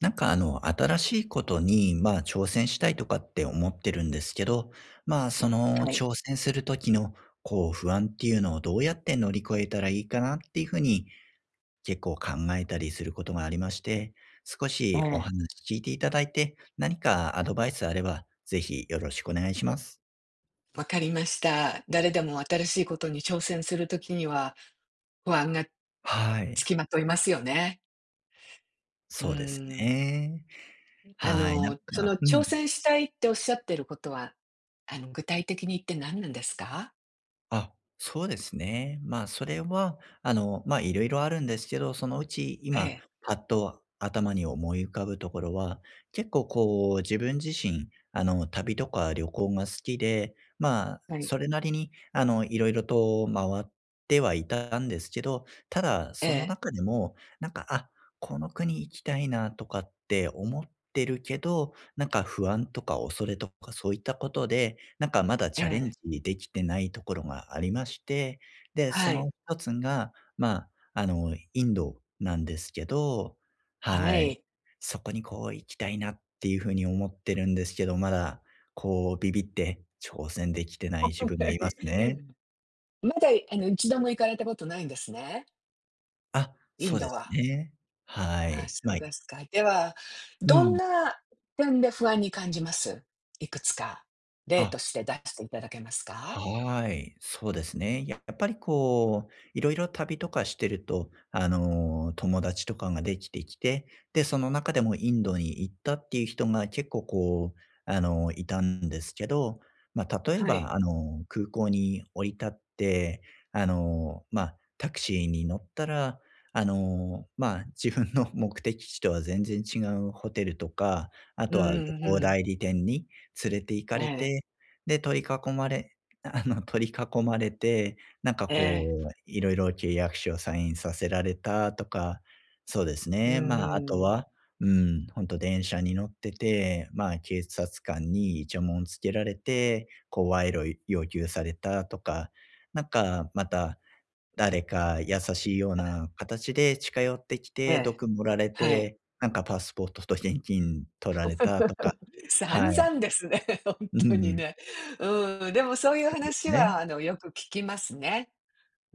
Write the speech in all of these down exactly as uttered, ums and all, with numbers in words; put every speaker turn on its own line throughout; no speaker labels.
なんかあの、新しいことに、まあ、挑戦したいとかって思ってるんですけど、まあ、その
はい。
挑戦する時の、こう、不安っていうのをどうやって乗り越えたらいいかなっていうふうに結構考えたりすることがありまして、少
え
しお
え、
話聞いていただいて、何かアドバイスあれば、ぜひよろしくお願いします。
わかりました。誰でも新しいことに挑戦するときには、不安が
はい。
付きまといますよね。う
そうです
ーん。
ね。
あ
はい。なん
の、そ
か、
の
うん。
挑戦したいっておっしゃってることは、あの、具体的に言って何なんですか？
あ、そうですね。まあ、それは、あの、まあ、いろいろあるんですけど、そのうち
え
今、
え、
パッと頭に思い浮かぶところは、結構こう、自分自身、あの、旅とか旅行が好きで、まあ、
はい。
それなりに、あの、いろいろと回ってはいたんですけど、ただ、
え
その
え、
中でも、なんか、あ、この国行きたいなとかって思ってるけど、なんか不安とか恐れとかそういったことで、なんかまだ
え
チャレ
え、
ンジできてないところがありまして、で、そ
はい、
の一つが、まあ、あの、インドなんですけど、
は
はい。
い。
そこにこう行きたいなっていうふうに思ってるんですけど、まだこうビビって挑戦できてない 自分がいますね。
まだ、あの、一度も行かれたことないんですね？
あ、
イン
そう
ド
です
は。
ね。は
ああ、
い。
そ
ま
う
あ、
ですか。では、
う
どん
ん。
な点で不安に感じます？いくつか、例
あ、
として出していただけますか？
はい、そうですね。やっぱりこう、いろいろ旅とかしてると、あの、友達とかができてきて、で、その中でもインドに行ったっていう人が結構こう、あの、いたんですけど、まあ、例え
はい。
ば、あの、空港に降り立って、あの、まあ、タクシーに乗ったら、あの、まあ、自分の 目的地とは全然違うホテルとか、あ
う
とは旅
ん
行
うん、
代理店に連れて行かれ
ええ、
て、で、取り囲まれあの、取り囲まれて、なんか
ええ、
こう、いろいろ契約書をサインさせられたとか、そうです
う
ね。まあ、あと
ん、
は、うん、ほんと電車に乗ってて、まあ、警察官にイチャモンつけられて、こう、賄賂要求されたとか、なんか、また、誰か優しいような形で近寄ってき
え
て、
え、
毒盛られ
はい。
て、なんかパスポートと現金取られたとか、
散
はい。
々ですね、本
う
当に
ん、
ね。うん、でもそういう
そうです
話は、
ね。
あの、よく聞きますね。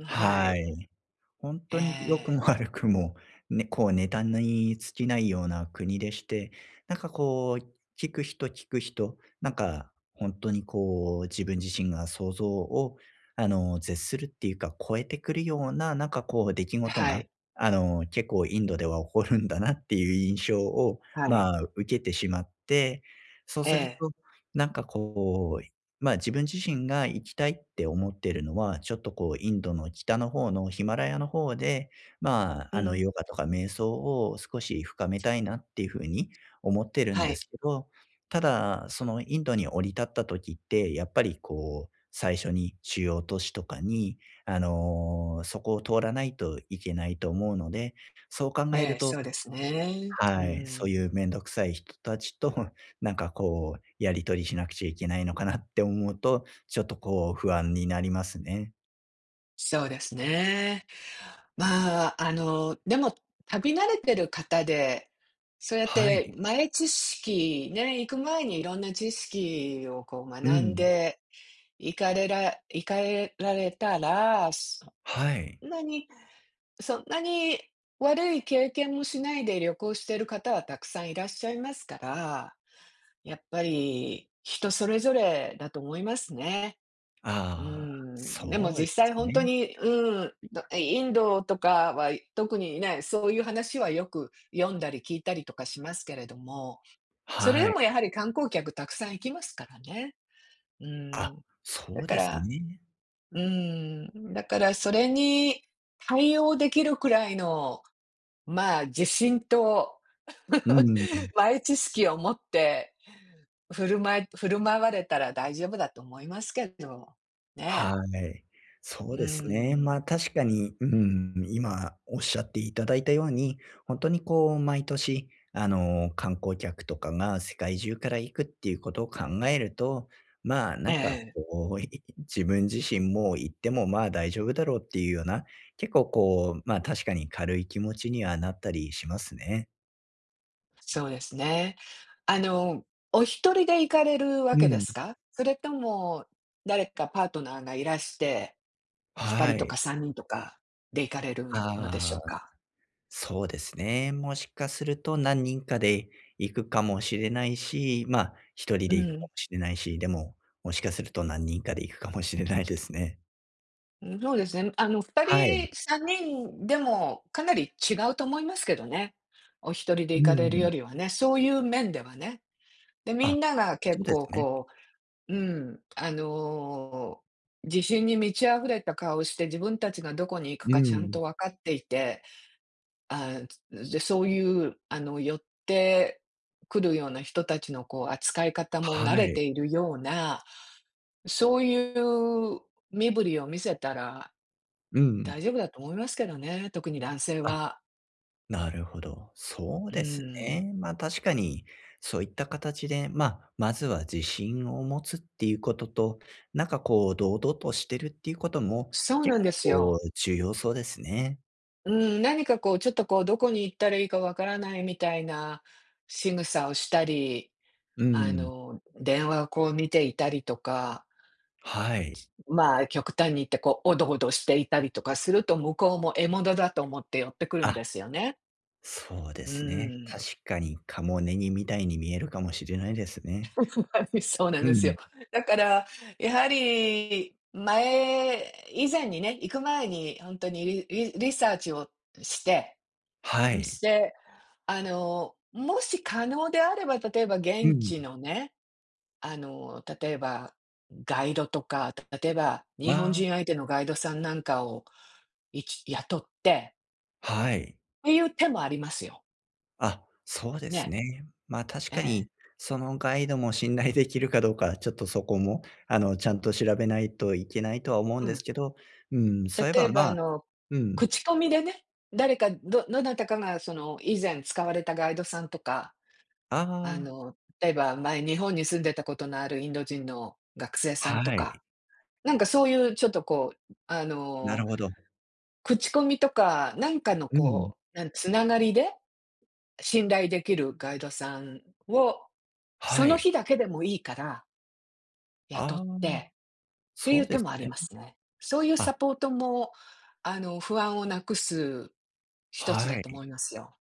は
は
い。
い。本
え
当に良く
え、
も悪くも、ね、こうネタに尽きないような国でして、なんかこう、聞く人聞く人、なんか本当にこう、自分自身が想像を、あの、絶するっていうか、超えてくるような、なんかこう出来事
は
が、
い、
あの、結構インドでは起こるんだなっていう印象を、
はい。
まあ、受けてしまって、そう
え
する
え、
と、なんかこう、まあ、自分自身が行きたいって思ってるのは、ちょっとこうインドの北の方のヒマラヤの方で、ま
う
あ、あの
ん、
ヨガとか瞑想を少し深めたいなっていう風に思ってるん
は
で
い。
すけど、ただ、そのインドに降り立った時って、やっぱりこう、最初に主要都市とかに、あの、そこを通らないといけないと思うので、そう考え
え
る
え、
と、
そうですね。う
はい、そう
ん。
いうめんどくさい人たちと、なんかこう、やり取りしなくちゃいけないのかなって思うと、ちょっとこう不安になりますね。
そうですね。まあ、あの、でも、旅慣れてる方で、そうやっ
はい。
て前知識ね、行く前にいろんな知識をこう
う
学ん
ん。
で行かれら行かれられたら、そ
はい。
んなにそんなに悪い経験もしないで旅行してる方はたくさんいらっしゃいますから、やっぱり人それぞれだと思いますね。
あ
うー
あ、
ん、でも
そうで
実際
す
本当
ね。
に、うん、どインドとかは特にね、そういう話はよく読んだり聞いたりとかしますけれども、それ
は
でも
い。
やはり観光客たくさん行きますからね。う
あ、
ん、
そ
だ
う
か
です
ら
ね。
うん、だからそれに対応できるくらいの、まあ、自信と
うん。
前知識を持って振る舞い振る舞われたら大丈夫だと思いますけど、ね。
はい。
う
そうですね。
ー
ま、あ
ん。
確かに、うん、今おっしゃっていただいたように、本当にこう毎年、あの、観光客とかが世界中から行くっていうことを考えると、まあ、
え
なんか
え。
こう、い自分自身も行っても、まあ、大丈夫だろうっていうような、結構こう、ま、あ確かに軽い気持ちにはなったりしますね。
そうですね。あの、お一人で行かれるわ
う
けで
ん。
すか？それとも、誰かパートナーがいらして、ふたり
は
と
い。
かさんにんとかで行かれるのでしょ
あ
う
あ。
か？
そうですね。もしかすると何人かで行くかもしれないし、まあ、一人
う
で行くか
ん。
もしれないし、でも、もしかすると何人かで行くかもしれないですね。
うん、そうですね。あの、2
はい。
人、さんにんでもかなり違うと思いますけどね。お一人で
う
行かれるよ
ん。
りはね、そういう面ではね。で、み
あ、
んなが
そ
結
うで
構
すね。
こう、うん、あの、自信に満ち溢れた顔をして、自分たちがどこに行く
う
かちゃん
ん。
と分かっていて、ああ、で、そういう、あの、寄ってくるような人たちの、こう、扱い方も
は
慣れ
い。
ているような、そういう身振りを見せたら
うん。
大丈夫だと思いますけどね、特に男性
あ、
は。
なるほど。そう
う
です
ん。
ね。まあ、確かにそういった形で、まあ、まずは自信を持つっていうことと、なんかこう堂々としてるっていうことも、
そうな
結
んで
構
すよ。
こう重要そうですね。
うん、何かこう、ちょっとこう、どこに行ったらいいかわからないみたいな仕草をしたり、
う
あ
ん。
の、電話をこう見ていたりとか、
はい。
まあ、極端に言ってこう、おどおどしていたりとかすると、向こうも獲物だと思って寄ってくるん
あ、
ですよね。
そうで
う
すね。
ーん。
確かにカモネギみたいに見えるかもしれないですね。
はい、そうなん
う
ですよ。
ん。
だから、やはり前以前にね、行く前にほんとにリリリサーチをして、
は
ん、し
い。
て、あの、もし可能であれば、例えば
う
現
ん。
地のね、あの、例えばガイドとか、例えば日本
は、
人相手のガイドさんなんかを、いち雇って
はい。
ていう手もありますよ。
あ、そうです
ね。
ね。まあ、確
え
か
え。
にそのガイドも信頼できるかどうか、ちょっとそこも、あの、ちゃんと調べないといけないとは思うん
う
で
ん。
すけど、うん、そう
例
いえ
え
ば、
ばあ
まあ、
の、
うん。
口コミでね、誰かどどなたかがその以前使われたガイドさんとか、あ
あ
の、例えば前日本に住んでたことのあるインド人の学生
あ、
さんと
は
か、
い、
なんかそういうちょっとこう、あ
なる
の、
ほど。
口コミとか、なんかの
うん。
こう、なんつながりで、信頼できるガイドさんを、そ
は
の
い。
日だけでもいいから雇っ
ああ、
ててい
そ
う
うで
手
す
もあり
ね。
ますね。そういう
あ、
サポートも、あの、不安をなくす一つだ
は
と思
い。
いますよ。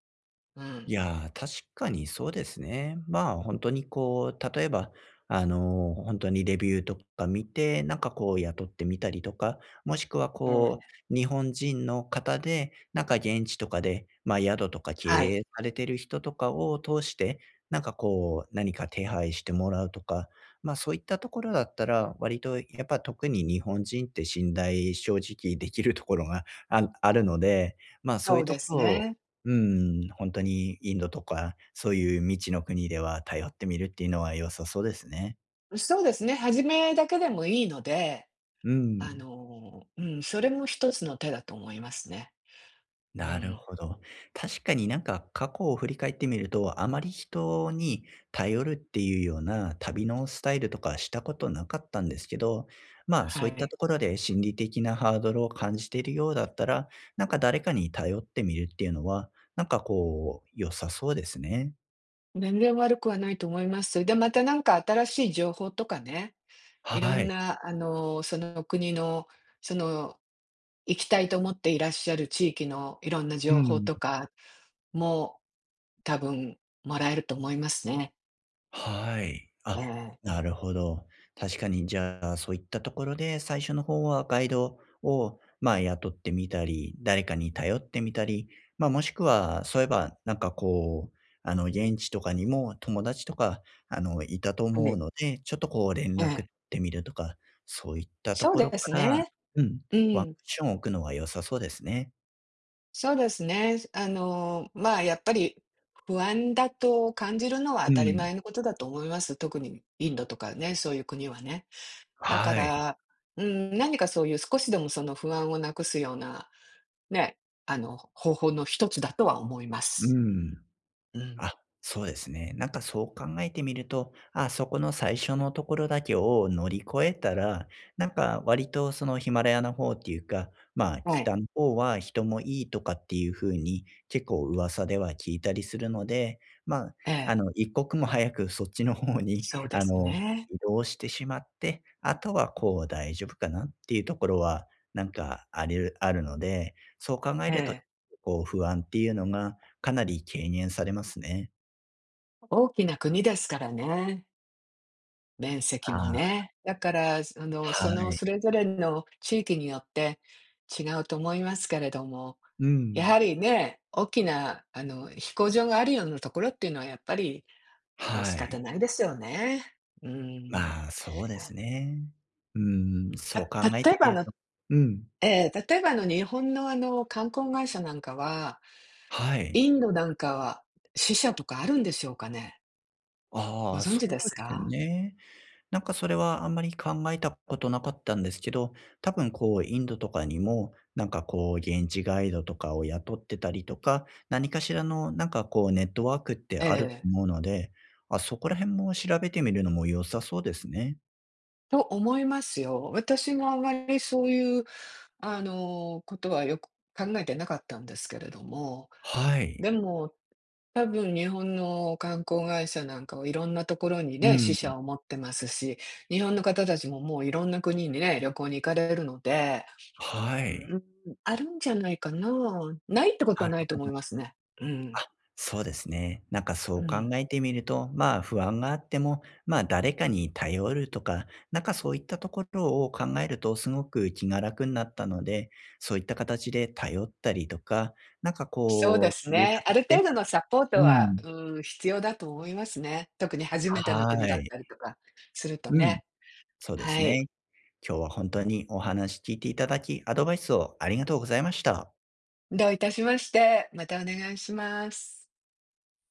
う
い
ん。
やー、確かにそうですね。まあ、本当にこう、例えば、あの、ほんにレビューとか見て、なんかこう雇ってみたりとか、もしくは
ええ。
こう、日本人の方で、なんか現地とかで、ま、あ宿とか
はい。
経営されてる人とかを通して、なんかこう、何か手配してもらうとか、ま、あそういったところだったら、割とやっぱ特に日本人って信頼正直できるところがああるので、ま、あそう
そ
いう
う
と
で
こ
す
ろ、
ね。
うん、本当にインドとか、そういう未知の国では頼ってみるっていうのは良さそうですね。
そうですね、始めだけでもいいので、
う
あ
ん、
の、うん、それも一つの手だと思いますね。う
なる
ん。
ほど。確かになんか過去を振り返ってみると、あまり人に頼るっていうような旅のスタイルとかしたことなかったんですけど、まあ、
は
そういった
い。
ところで心理的なハードルを感じているようだったら、なんか誰かに頼ってみるっていうのは、なんかこう、良さそうですね。
全然悪くはないと思います。で、またなんか新しい情報とかね、いろ
は
ん
い。
な、あの、その国の、その、行きたいと思っていらっしゃる地域のいろんな
う
情報
ん。
とかも、多分もらえると思いますね。
はい。
え
あ、
え。
なるほど。確かに、じゃあ、そういったところで、最初の方はガイドを、まあ、雇ってみたり、誰かに頼ってみたり、まあ、もしくは、そういえば、なんかこう、あの、現地とかにも友達とか、あの、いたと
は
思う
い。
ので、ちょっとこう、連
ええ。
絡ってみるとか、そういったと
そう
ころ
で
か
す
ら、
ね。
うん、
う
ワンク
ん。
ッション置くのは良さそうですね。
そうですね。あの、まあ、やっぱり不安だと感じるのは当
う
たり
ん。
前のことだと思います。特にインドとかね、そういう国はね。だか
はい。
ら、うん、何かそういう少しでもその不安をなくすようなね、あの、方法の一つだとは思いま
う
す。
ん。
うん。
あ、そうですね。なんかそう考えてみると、あ、そこの最初のところだけを乗り越えたら、なんか割とそのヒマラヤの方っていうか、まあ
はい。
北の方は人もいいとかっていう風に結構噂では聞いたりするので、まあ、
え
あ
え、
の一刻も早くそっちの方に
そう で
あ
す
の
ね。
移動してしまって、あとはこう大丈夫かなっていうところはなんかありあるので、そう考え
え
ると
え。
こう不安っていうのがかなり軽減されますね。
大きな国ですからね、面積
あ
も
あ、
ね。だから、あの、
は
その
い。
それぞれの地域によって違うと思いますけれども、
う
や
ん。
はりね、大きなあの、飛行場があるようなところっていうのはやっぱり、まあ、
は
仕方
い。
ないですよね。うん。
まあ、そうですね。うーん、そう考
た
え
例え
て
ば、
み
あ
る
の、
と、うん。
ええ、例えばあの、日本のあの、観光会社なんかは
はい。
インドなんかは、死者とかあるんでしょうかね？ご
ああ、
存
そ
知
う
です
です
か？
ね。なんかそれはあんまり考えたことなかったんですけど、多分こうインドとかにも、なんかこう現地ガイドとかを雇ってたりとか、何かしらのなんかこうネットワークって
え
あると
え。
思うので、あ、そこら辺も調べてみるのも良さそうですね。
と思いますよ。私もあまりそういう、あの、ことはよく考えてなかったんですけれども、
はい。
でも、多分日本の観光会社なんかはいろんなところに
う
ね、支
ん。
社を持ってますし、日本の方たちももういろんな国にね、旅行に行かれるので、
は
う
い。
ーん、あるんじゃないかな。ないってこと
な
は
る
ないと
ほ
思い
ど。
ますね。うん、
あ、そうですね。なんかそ
う
う考
ん。
えてみると、まあ不安があっても、まあ誰かに頼るとか、なんかそういったところを考えるとすごく気が楽になったので、そういった形で頼ったりとか、なんか
そう
こ
で
う、
す
そういう
ね。あ
形
る
で、
程度のサポート
う
は、
ん。
うん、必要だと思いますね。特に初めての国
は
だっ
い。
たりとかすると
うん。
ね。
そうで
は
す
い。
ね。今日は本当にお話聞いていただき、アドバイスをありがとうございました。
どういたしまして。またお願いします。